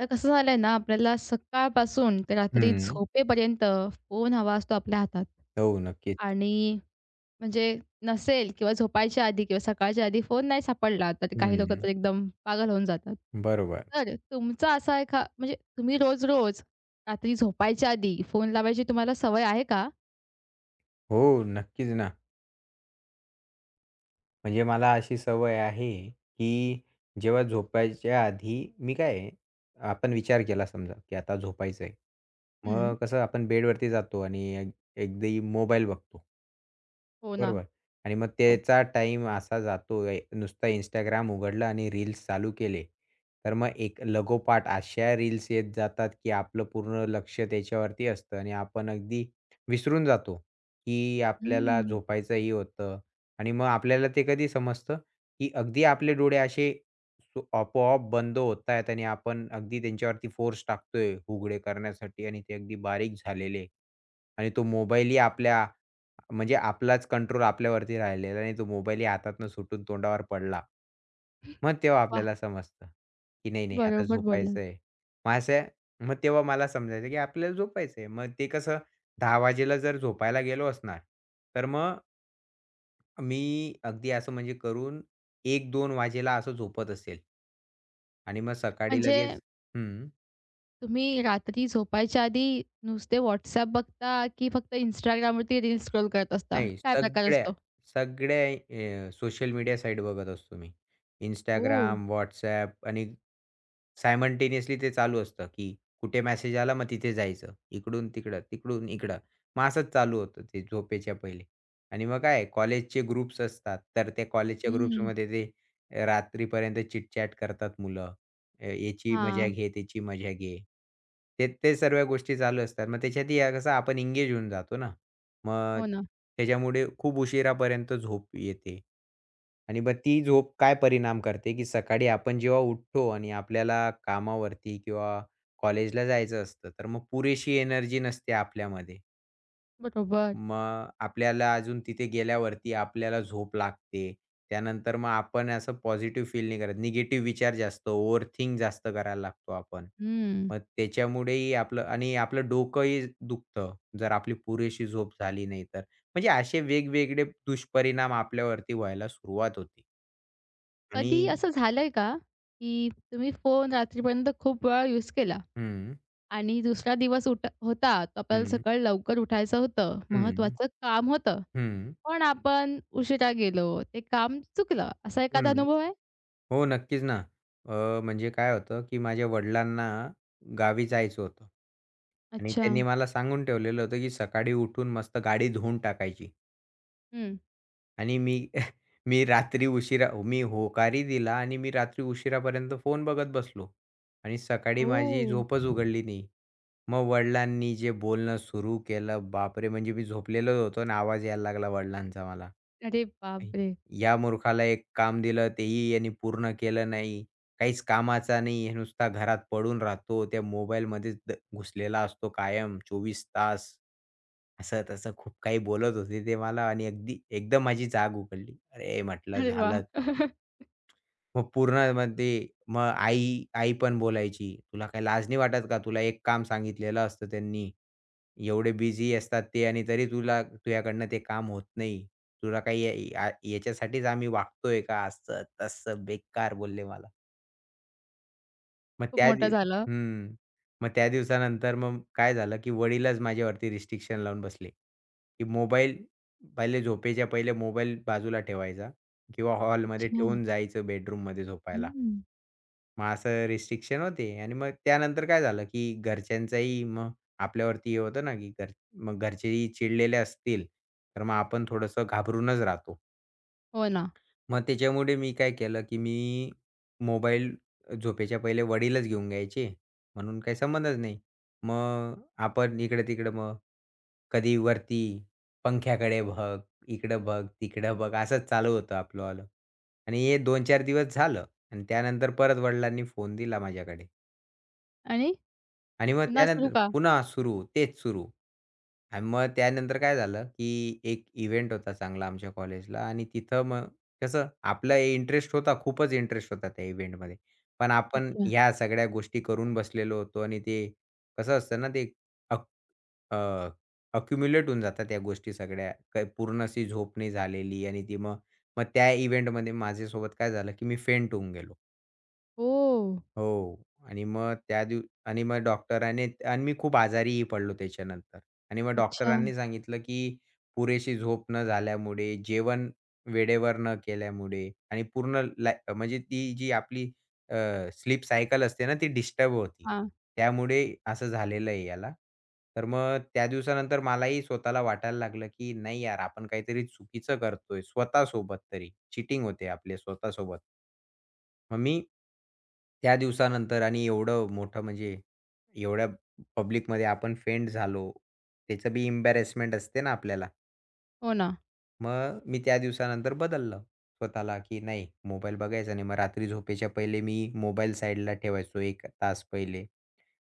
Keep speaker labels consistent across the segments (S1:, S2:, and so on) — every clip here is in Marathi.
S1: आता कसं झालंय ना, आपल्याला सकाळपासून ते रात्री
S2: हं.
S1: झोपेपर्यंत फोन हवा असतो आपल्या हातात.
S2: हो, नक्कीच.
S1: आणि म्हणजे नसेल किंवा झोपायच्या आधी किंवा सकाळच्या आधी फोन नाही सापडला, तर काही लोकं
S2: हं.
S1: तर एकदम पागल होऊन जातात.
S2: बरोबर.
S1: तर तुमचा असा एखा म्हणजे तुम्ही रोज-रोज रात्री झोपायच्या आधी फोन लावायची तुम्हाला सवय आहे का?
S2: हो, नक्कीच ना. म्हणजे मला अशी सवय आहे, की जेव्हा झोपायच्या आधी मी काय आहे, आपण विचार केला समजा, की आता झोपायचं आहे.
S1: हं.
S2: मग कसं आपण बेडवरती जातो आणि एक अगदी मोबाईल बघतो.
S1: हो ना.
S2: बरोबर. आणि मग
S1: हो.
S2: त्याचा टाइम असा जातोय, नुसता इंस्टाग्राम उघडलं आणि रील्स चालू केले, तर मग एक लगोपाठ अशा रील्स येत जातात, की आपलं पूर्ण लक्ष त्याच्यावरती असतं आणि आपण अगदी विसरून जातो, की आपल्याला
S1: हं.
S2: झोपायचंही होतं. आणि मग आपल्याला ते कधी समजतं, की अगदी आपले डोळे असे सो आपोआप बंद होत आहेत आणि आपण अगदी त्यांच्यावरती फोर्स टाकतोय उघडे करण्यासाठी आणि ते अगदी बारीक झालेले आणि तो मोबाईलही आपल्या म्हणजे आपलाच कंट्रोल आपल्यावरती राहिलेला आणि तो मोबाईलही हातातनं सुटून तोंडावर पडला. मग तेव्हा
S1: वाह!
S2: आपल्याला समजतं, की नाही, नाही आता
S1: बरोबर बोललात.
S2: झोपायचंय. मग असं, मग तेव्हा मला समजायचं, की आपल्याला झोपायचंय. मग ते कसं, 10:00 वाजेला जर झोपायला गेलो असणार, तर मग मी अगदी असं म्हणजे करून 1-2 वाजेला असं झोपत असेल आणि मग सकाळी
S1: म्हणजे
S2: लगेच. हं.
S1: तुम्ही रात्री झोपायच्या आधी नुसते WhatsApp बघता, की फक्त Instagramवरती रील्स स्क्रोल करत असता?
S2: नाही,
S1: काय प्रकार
S2: सगळ्या,
S1: असतो?
S2: सगळ्या सोशल मीडिया साईट बघत असतो मी.
S1: ओह!
S2: Instagram, WhatsApp आणि सायमल्टेनियसली ते चालू असतं, की कुठे मेसेज आला मग तिथे जायचं. इकडून तिकडं, तिकडून इकडं. मग असंच चालू होतं ते झोपेच्या पहिले. आणि मग काय कॉलेजचे ग्रुप्स असतात, तर त्या कॉलेजच्या
S1: हं.
S2: ग्रुप्समध्ये ते रात्रीपर्यंत चिट करतात मुलं. याची मजा
S1: हां.
S2: घे, त्याची मजा घे. ते ते सर्व गोष्टी चालू असतात. मग त्याच्यातही कसं आपण एंगेज होऊन जातो ना. मग
S1: हो ना.
S2: त्याच्यामुळे खूप उशिरापर्यंत झोप येते आणि मग ती झोप काय परिणाम करते, की सकाळी आपण जेव्हा उठतो आणि आपल्याला कामावरती किंवा कॉलेजला जायचं असतं, तर मग पुरेशी एनर्जी नसते आपल्यामध्ये.
S1: बरोबर.
S2: मग आपल्याला अजून तिथे गेल्यावरती आपल्याला झोप लागते. त्यानंतर मग आपण असं पॉझिटिव्ह फील नाही करत. निगेटिव्ह विचार जास्त, ओव्हरथिंक जास्त करायला लागतो आपण.
S1: हं.
S2: मग त्याच्यामुळेही आपलं आणि आपलं डोकंही दुखतं, जर आपली पुरेशी झोप झाली नाही तर. म्हणजे असे वेगवेगळे दुष्परिणाम आपल्यावरती व्हायला सुरुवात होते आणि
S1: कधी असं झालंय का, की तुम्ही फोन रात्रीपर्यंत खूप वेळा यूज केला
S2: हं,
S1: आणि दुसरा दिवस होता, तर आपल्याला
S2: हं,
S1: सकाळी लवकर उठायचं होतं,
S2: हं,
S1: महत्त्वाचं काम होतं,
S2: हं,
S1: पण आपण उशिरा गेलो, ते काम चुकलं, असा एखादा
S2: हं.
S1: अनुभव आहे?
S2: हो, नक्कीच ना. म्हणजे काय होतं, की माझ्या वडिलांना गावी जायचं होतं आणि
S1: अच्छा.
S2: त्यांनी मला सांगून ठेवलेलं होतं, की सकाळी उठून मस्त गाडी धुवून टाकायची
S1: हं.
S2: आणि मी मी रात्री उशिरा मी होकारही दिला आणि मी रात्री उशिरापर्यंत फोन बघत बसलो आणि सकाळी माझी
S1: ओह!
S2: झोपच उघडली नाही. मग वडिलांनी जे बोलणं सुरू केलं, बापरे! म्हणजे मी झोपलेलो होतो आणि आवाज यायला लागला वडिलांचा मला. नाही.
S1: अरे बापरे!
S2: या मूर्खाला एक काम दिलं तेही याने पूर्ण केलं नाही. काहीच कामाचा नाही. हे नुसता घरात पडून राहतो. त्या मोबाईलमध्येच घुसलेला असतो कायम 24 तास. असं-तसं खूप काही बोलत होते ते मला आणि अगदी एकदम माझी जाग उघडली. अरे, म्हटलं
S1: अरे वाह!
S2: झालं. मग पूर्णमध्ये मग आई पण बोलायची, "तुला काही लाज नाही वाटत का? तुला एक काम सांगितलेलं असतं त्यांनी. एवढे बिझी असतात ते आणि तरी तुला तुझ्याकडनं ते काम होत नाही. तुला काही या या याच्यासाठीच आम्ही वागतोय का?" असं-तसं बेकार बोलले मला. मग
S1: खूप
S2: त्या
S1: मोठं
S2: दिव
S1: झालं.
S2: हं. मग त्या दिवसानंतर मग काय झालं, की वडीलच माझ्यावरती रिस्ट्रिक्शन लावून बसले, की मोबाईल झोपेच्या पहिले मोबाईल बाजूला ठेवायचा किंवा हॉलमध्ये
S1: अच्छा.
S2: ठेवून जायचं बेडरूममध्ये झोपायला.
S1: हं.
S2: मग असं रिस्ट्रिक्शन होते आणि मग त्यानंतर काय झालं, की घरच्यांचाही मग आपल्यावरती हे होतं ना, की घर मग घरचेही चिडलेले असतील, तर मग आपण थोडंसं घाबरूनच राहतो.
S1: हो ना.
S2: मग त्याच्यामुळे मी काय केलं, की मी मोबाईल झोपेच्या पहिले वडीलच घेऊन घ्यायचे, म्हणून काही संबंधच नाही. मग आपण इकडं-तिकडं, मग कधी वरती पंख्याकडे बघ, इकडं बघ, तिकडं बघ, असंच चालू होतं आपलं वालं आणि हे 2-4 दिवस झालं आणि त्यानंतर परत वडिलांनी फोन दिला माझ्याकडे.
S1: आणि
S2: आणि मग
S1: पुन्हा सुरू
S2: त्यानंतर
S1: का?
S2: पुन्हा सुरू, तेच सुरू. आणि मग त्यानंतर काय झालं, की एक इव्हेंट होता चांगला आमच्या कॉलेजला आणि तिथं मग कसं आपला इंटरेस्ट होता, खूपच इंटरेस्ट होता त्या इव्हेंटमध्ये. पण आपण
S1: अच्छा.
S2: ह्या सगळ्या गोष्टी करून बसलेलो होतो आणि ते कसं असतं ना, ते अक अ, होऊन जातात त्या गोष्टी सगळ्या. काही पूर्ण अशी झोप नाही झालेली आणि ती मग, मग त्या इव्हेंटमध्ये माझ्यासोबत काय झालं, की मी फेंट होऊन गेलो.
S1: ओह!
S2: हो. आणि मग डॉक्टराने आणि मी खूप आजारीही पडलो त्याच्यानंतर. आणि मग
S1: अच्छा.
S2: डॉक्टरांनी सांगितलं, की पुरेशी झोप न झाल्यामुळे, जेवण वेळेवर न केल्यामुळे आणि पूर्ण ला म्हणजे ती जी आपली अ, स्लीप सायकल असते ना, ती डिस्टर्ब होती.
S1: हां.
S2: त्यामुळे असं झालेलं आहे याला. तर मग त्या दिवसानंतर मलाही स्वतःला वाटायला लागलं, की नाही यार आपण काहीतरी चुकीचं करतोय स्वतःसोबत तरी. चीटिंग होते आपल्या स्वतःसोबत. मग मी त्या दिवसानंतर आणि एवढं मोठं म्हणजे एवढ्या पब्लिकमध्ये आपण फेंड झालो. त्याचं बी एम्बॅरेसमेंट असते ना आपल्याला.
S1: हो ना.
S2: मग मी त्या दिवसानंतर बदललं स्वतःला, की नाही मोबाईल बघायचा नाही. मग रात्री झोपेच्या पहिले मी मोबाईल साइडला ठेवायचो 1 तास पहिले.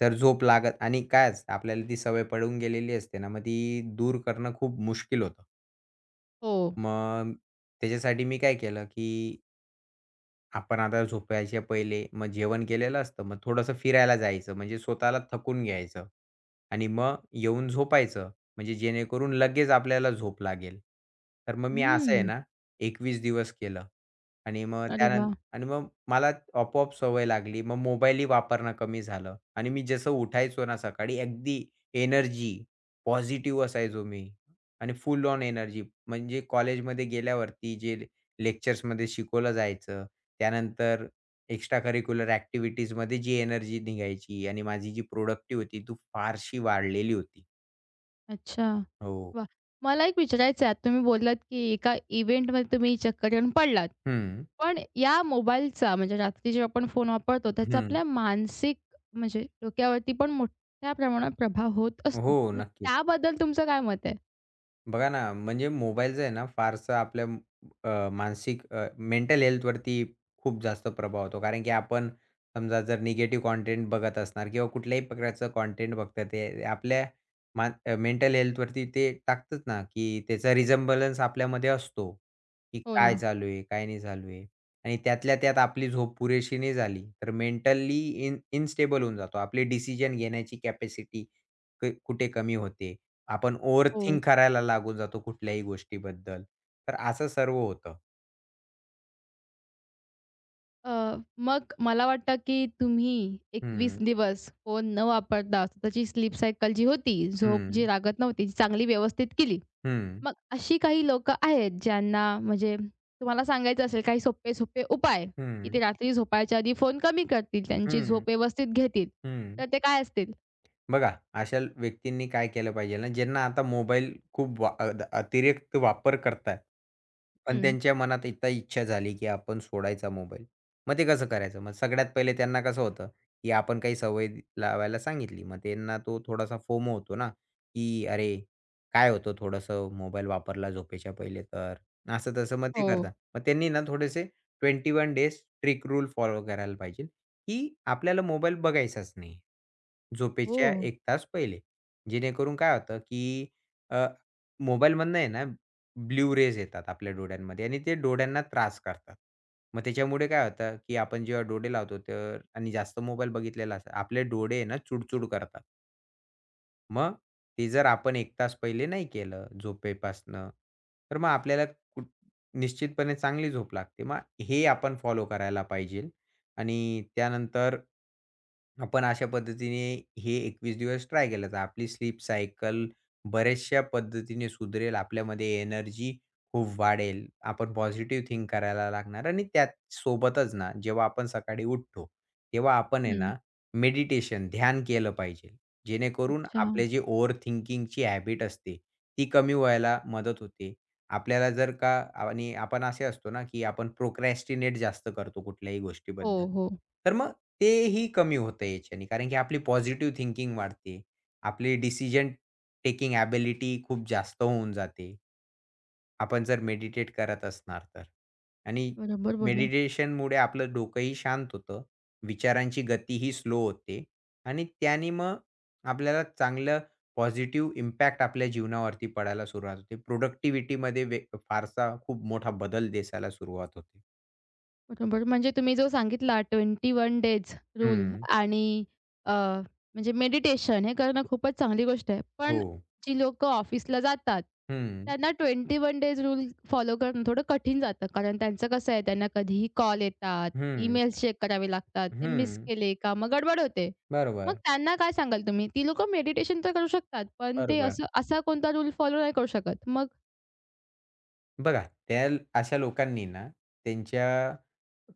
S2: तर झोप लागत आणि काय असतं आपल्याला ती सवय पडून गेलेली असते ना, मग ती दूर करणं खूप मुश्किल होतं.
S1: हो.
S2: मग त्याच्यासाठी मी काय केलं, की आपण आता झोपायच्या पहिले मग जेवण केलेलं असतं. मग थोडंसं फिरायला जायचं, म्हणजे स्वतःला थकून घ्यायचं आणि मग येऊन झोपायचं. म्हणजे जेणेकरून लगेच आपल्याला झोप लागेल. तर मग मी असं आहे
S1: हं.
S2: ना, 21 दिवस केलं आणि मग
S1: अरे
S2: त्यानं,
S1: वाह!
S2: आणि मग मला आपोआप सवय लागली. मग मोबाईलही वापरणं कमी झालं आणि मी जसं उठायचो ना सकाळी अगदी एनर्जी पॉझिटिव्ह असायचो मी आणि फुल ऑन एनर्जी, म्हणजे कॉलेजमध्ये गेल्यावरती जे लेक्चर्समध्ये शिकवलं जायचं, त्यानंतर एक्स्ट्रा करिक्युलर ॲक्टिव्हिटीजमध्ये जी एनर्जी निघायची आणि माझी जी प्रोडक्टिव्हिटी होती ती फारशी वाढलेली होती.
S1: अच्छा.
S2: हो.
S1: वाह! मला एक विचारायचं आहे, आता तुम्ही बोललात, की एका इव्हेंटमध्ये तुम्ही चक्कर येऊन पडलात.
S2: हं,
S1: पण या मोबाईलचा म्हणजे रात्री जेव्हा आपण फोन वापरतो, त्याचा
S2: हं.
S1: आपल्या मानसिक, डोक्यावरती पण मोठ्या प्रमाणात प्रभाव होत असतो.
S2: हो,
S1: तर
S2: नक्कीच.
S1: त्याबद्दल तुमचं काय मत आहे?
S2: बघा ना, म्हणजे मोबाईलचं आहे ना फारसं आपल्या मानसिक हेल्थवरती खूप जास्त प्रभाव होतो. कारण की आपण समजा जर निगेटिव्ह कंटेंट बघत असणार किंवा कुठल्याही प्रकारचं कंटेंट बघतात ते आपल्या मेंटल हेल्थवरती ते टाकतात ना, की त्याचा रिझम्बलन्स आपल्यामध्ये असतो, की
S1: हो
S2: काय
S1: ना.
S2: चालू आहे, काय नाही चालू आहे. आणि त्यातल्या त्यात आपली झोप पुरेशी नाही झाली, तर मेंटली इन्स्टेबल होऊन जातो. आपली डिसिजन घेण्याची कॅपॅसिटी कुठे कमी होते. आपण
S1: हो.
S2: ओव्हरथिंक करायला लागून जातो कुठल्याही गोष्टीबद्दल. तर असं सर्व होतं.
S1: मग मला वाटतं, की तुम्ही 21
S2: हं,
S1: दिवस फोन न वापरता स्वतःची स्लीप सायकल जी होती, झोप
S2: हं,
S1: जी लागत नव्हती, जी चांगली व्यवस्थित केली.
S2: हं,
S1: मग अशी काही लोकं आहेत, ज्यांना तुम्हाला सांगायचं असेल काही सोपे-सोपे उपाय, की
S2: हं,
S1: ते रात्री झोपायच्या आधी फोन कमी करतील, त्यांची
S2: हं,
S1: झोप व्यवस्थित घेतील.
S2: हं.
S1: तर ते काय असतील?
S2: बघा, अशा व्यक्तींनी काय केलं पाहिजे ना, ज्यांना आता मोबाईल खूप वा अतिरिक्त वापर करतायत. पण
S1: हं.
S2: त्यांच्या मनात एकदा इच्छा झाली, की आपण सोडायचा मोबाईल. मग ते कसं करायचं? मग सगळ्यात पहिले त्यांना कसं होतं, की आपण काही सवय लावायला सांगितली. मग त्यांना तो थोडासा फोमो होतो ना, की "अरे, काय होतं थोडंसं मोबाईल वापरला झोपेच्या पहिले तर." असं तसं मग ते
S1: हो.
S2: करतात. मग त्यांनी ना थोडेसे 21 डेज ट्रिक रूल फॉलो करायला पाहिजे. की आपल्याला मोबाईल बघायचाच नाही.
S1: हो.
S2: झोपेच्या 1 तास पहिले. जेणेकरून काय होतं, की अ, मोबाईलमधनं आहे ना, ब्लू रेज येतात आपल्या डोळ्यांमध्ये आणि ते डोळ्यांना त्रास करतात. मग त्याच्यामुळे काय होतं, की आपण जेव्हा डोळे लावतो तर आणि जास्त मोबाईल बघितलेला असतो, आपले डोळे आहे ना चुडचुड करतात. मग ते जर आपण 1 तास पहिले नाही केलं झोपेपासनं, तर मग आपल्याला कुठ निश्चितपणे चांगली झोप लागते. मग हे आपण फॉलो करायला पाहिजे आणि त्यानंतर आपण अशा पद्धतीने हे 21 दिवस ट्राय केलं, तर आपली स्लीप सायकल बऱ्याचशा पद्धतीने सुधरेल. आपल्यामध्ये एनर्जी खूप वाढेल. आपण पॉझिटिव्ह थिंक करायला लागणार आणि त्याचसोबतच ना, जेव्हा आपण सकाळी उठतो, तेव्हा आपण आहे
S1: हं.
S2: ना, मेडिटेशन, ध्यान केलं पाहिजे. जेणेकरून
S1: अच्छा.
S2: आपले जे ओव्हर थिंकिंगची हॅबिट असते, ती कमी व्हायला मदत होते. आपल्याला जर का, आणि आपण असे असतो ना, की आपण प्रोक्रॅस्टिनेट जास्त करतो कुठल्याही
S1: हो,
S2: गोष्टीबद्दल.
S1: हो.
S2: तर मग तेही कमी होतं याच्याने कारण की आपली पॉझिटिव्ह थिंकिंग वाढते. आपली डिसिजन टेकिंग एबिलिटी खूप जास्त होऊन जाते. आपण जर मेडिटेट करत असणार तर. आणि
S1: बरोबर बोललात.
S2: मेडिटेशनमुळे आपलं डोकंही शांत होतं. विचारांची गतीही स्लो होते आणि त्याने मग आपल्याला चांगलं पॉझिटिव्ह इम्पॅक्ट आपल्या जीवनावरती पडायला सुरुवात होते. प्रोडक्टिव्हिटीमध्ये फारसा खूप मोठा बदल दिसायला सुरुवात होते.
S1: बरोबर. म्हणजे तुम्ही जो सांगितला 21 डेज रूल
S2: हं.
S1: आणि अ, म्हणजे मेडिटेशन हे करणं खूपच चांगली गोष्ट आहे.
S2: हो.
S1: पण जी लोकं ऑफिसला जातात,
S2: हं.
S1: त्यांना 21 डेज रूल फॉलो करणं थोडं कठीण जातं. कारण त्यांचं कसं आहे, त्यांना कधीही कॉल येतात,
S2: हं.
S1: ईमेल्स चेक करावे लागतात. ते मिस
S2: हं.
S1: केले का मग गडबड होते. मग
S2: बरोबर,
S1: त्यांना काय सांगाल तुम्ही? ती लोकं मेडिटेशन तर करू शकतात, पण ते
S2: बरोबर.
S1: असा कोणता रूल फॉलो नाही करू शकत. मग
S2: बघा, त्या अशा लोकांनी ना, त्यांच्या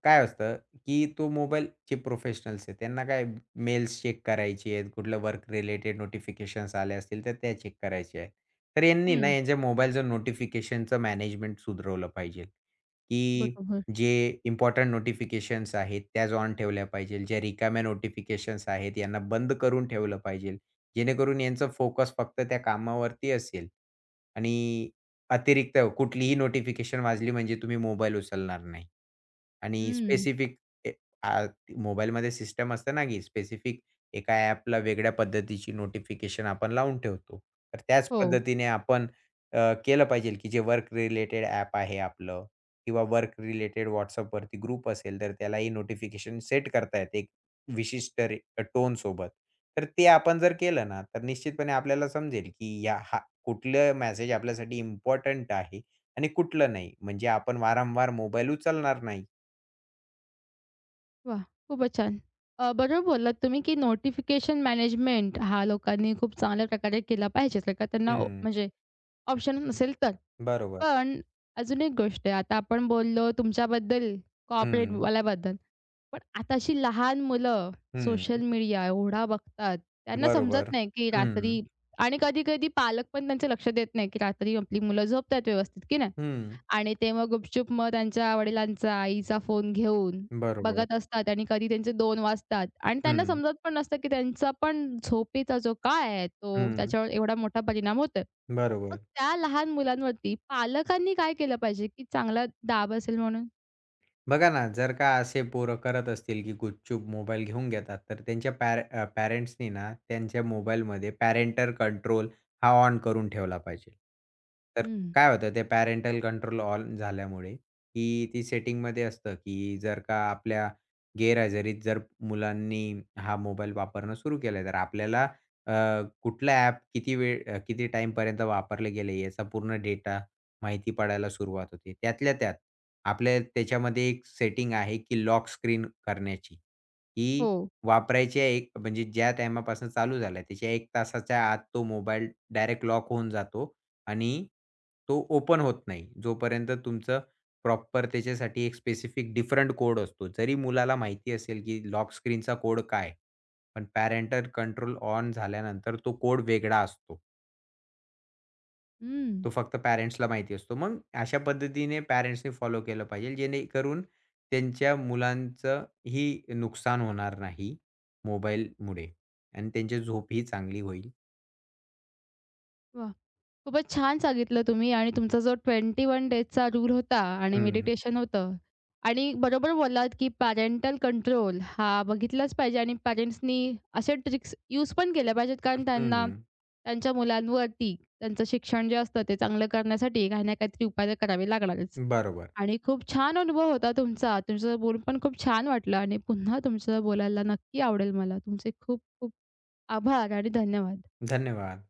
S2: काय असतं, की तो मोबाईल, प्रोफेशनल्स आहेत त्यांना काय मेल्स चेक करायचे आहेत, कुठलं वर्क रिलेटेड नोटिफिकेशन्स आले असतील तर त्या चेक करायचे आहेत. तर यांनी ना
S1: हं,
S2: यांच्या मोबाईलचं नोटिफिकेशनचं मॅनेजमेंट सुधरवलं पाहिजे, की
S1: बरोबर.
S2: जे इम्पोर्टंट नोटिफिकेशन्स आहेत त्याच ऑन ठेवल्या पाहिजे. ज्या रिकाम्या नोटिफिकेशन्स आहेत यांना बंद करून ठेवलं पाहिजे. जेणेकरून यांचा फोकस फक्त त्या कामावरती असेल आणि अतिरिक्त कुठलीही नोटिफिकेशन वाजली म्हणजे तुम्ही मोबाईल उचलणार नाही. आणि
S1: हं,
S2: स्पेसिफिक ए आ मोबाईलमध्ये सिस्टम असते ना, की स्पेसिफिक एका ॲपला वेगळ्या पद्धतीची नोटिफिकेशन आपण लावून ठेवतो. तर त्याच
S1: हो.
S2: पद्धतीने आपण केलं पाहिजे, की जे वर्क रिलेटेड ॲप आहे आपलं किंवा वर्क रिलेटेड WhatsAppवरती ग्रुप असेल, तर त्यालाही नोटिफिकेशन सेट करता येते एक विशिष्ट टोनसोबत. तर ते आपण जर केलं ना, तर निश्चितपणे आपल्याला समजेल, की या हा कुठलं मेसेज आपल्यासाठी इम्पोर्टंट आहे आणि कुठलं नाही. म्हणजे आपण वारंवार मोबाईल उचलणार नाही.
S1: वा, खूपच छान. बरोबर बोललात तुम्ही, की नोटिफिकेशन मॅनेजमेंट हा लोकांनी खूप चांगल्या प्रकारे केला पाहिजे, जर का त्यांना ओ
S2: हं.
S1: म्हणजे ऑप्शन नसेल तर.
S2: बरोबर.
S1: पण अजून एक गोष्ट आहे, आता आपण बोललो तुमच्याबद्दल
S2: हं.
S1: कॉर्पोरेटवाल्याबद्दल. पण आता अशी लहान मुलं
S2: हं.
S1: सोशल मीडिया एवढा बघतात, त्यांना समजत
S2: बरोबर.
S1: नाही, की
S2: हं.
S1: रात्री आणि कधी-कधी पालक पण त्यांचं लक्ष देत नाही, की रात्री आपली मुलं झोपतात व्यवस्थित, की नाही?
S2: हं.
S1: आणि ते मग गुपचूप त्यांच्या वडिलांचा, आईचा फोन घेऊन
S2: बरोबर.
S1: बघत असतात आणि कधी त्यांचे 2 वाजतात आणि त्यांना
S2: हं.
S1: समजत पण नसतं, की त्यांचा पण झोपेचा जो काळ आहे तो
S2: हं.
S1: त्याच्यावर एवढा मोठा परिणाम होतोय. मग
S2: बरोबर.
S1: त्या लहान मुलांवरती पालकांनी काय केलं पाहिजे, की चांगला दाब असेल म्हणून?
S2: बघा ना, जर का असे पोरं करत असतील, की गुपचूप मोबाईल घेऊन घेतात, तर त्यांच्या पॅरेंट्सनी ना त्यांच्या मोबाईलमध्ये पॅरेंटल कंट्रोल हा ऑन करून ठेवला पाहिजे. तर
S1: हं.
S2: काय होतं ते पॅरेंटल कंट्रोल ऑन झाल्यामुळे, की ती सेटिंगमध्ये असतं, की जर का आपल्या गैरहजेरीत जर मुलांनी हा मोबाईल वापरणं सुरू केलं, तर आपल्याला अ, कुठला ॲप किती वेळ किती टाईमपर्यंत वापरले गेले याचा पूर्ण डेटा माहिती पडायला सुरुवात होते. त्यातल्या त्यात आपल्या त्याच्यामध्ये एक सेटिंग आहे, की लॉक स्क्रीन करण्याची. की
S1: हो.
S2: वापरायच्या एक म्हणजे ज्या टाईमापासून चालू झाला त्याच्या 1 तासाच्या आत तो मोबाईल डायरेक्ट लॉक होऊन जातो आणि तो ओपन होत नाही. जोपर्यंत तुमचं प्रॉपर त्याच्यासाठी एक स्पेसिफिक डिफरंट कोड असतो. जरी मुलाला माहिती असेल, की लॉक स्क्रीनचा कोड काय? पण पॅरेंटल कंट्रोल ऑन झाल्यानंतर तो कोड वेगळा असतो.
S1: हं.
S2: तो फक्त पॅरेंट्सला माहिती असतो. मग अशा पद्धतीने पॅरेंट्सनी फॉलो केलं पाहिजे, जेणेकरून त्यांच्या मुलांचं ही नुकसान होणार नाही मोबाईलमुळे आणि त्यांची झोप ही चांगली होईल.
S1: वाह! खूपच छान सांगितलं तुम्ही आणि तुमचा जो 21 डेजचा रूल होता आणि
S2: हं,
S1: मेडिटेशन होतं आणि बरोबर बोललात, की पॅरेंटल कंट्रोल हा बघितलाच पाहिजे आणि पॅरेंट्सनी अशा ट्रिक्स यूज पण केल्या पाहिजेत, कारण त्यांना
S2: हं.
S1: त्यांच्या मुलांवरती त्यांचं शिक्षण जे असतं ते चांगलं करण्यासाठी काही ना काहीतरी उपाय तर करावे लागणारच.
S2: बरोबर.
S1: आणि खूप छान अनुभव होता तुमचा. तुमचं बोलून पण खूप छान वाटलं आणि पुन्हा तुमचं बोलायला नक्की आवडेल मला. तुमचे खूप खूप आभार आणि धन्यवाद.
S2: धन्यवाद.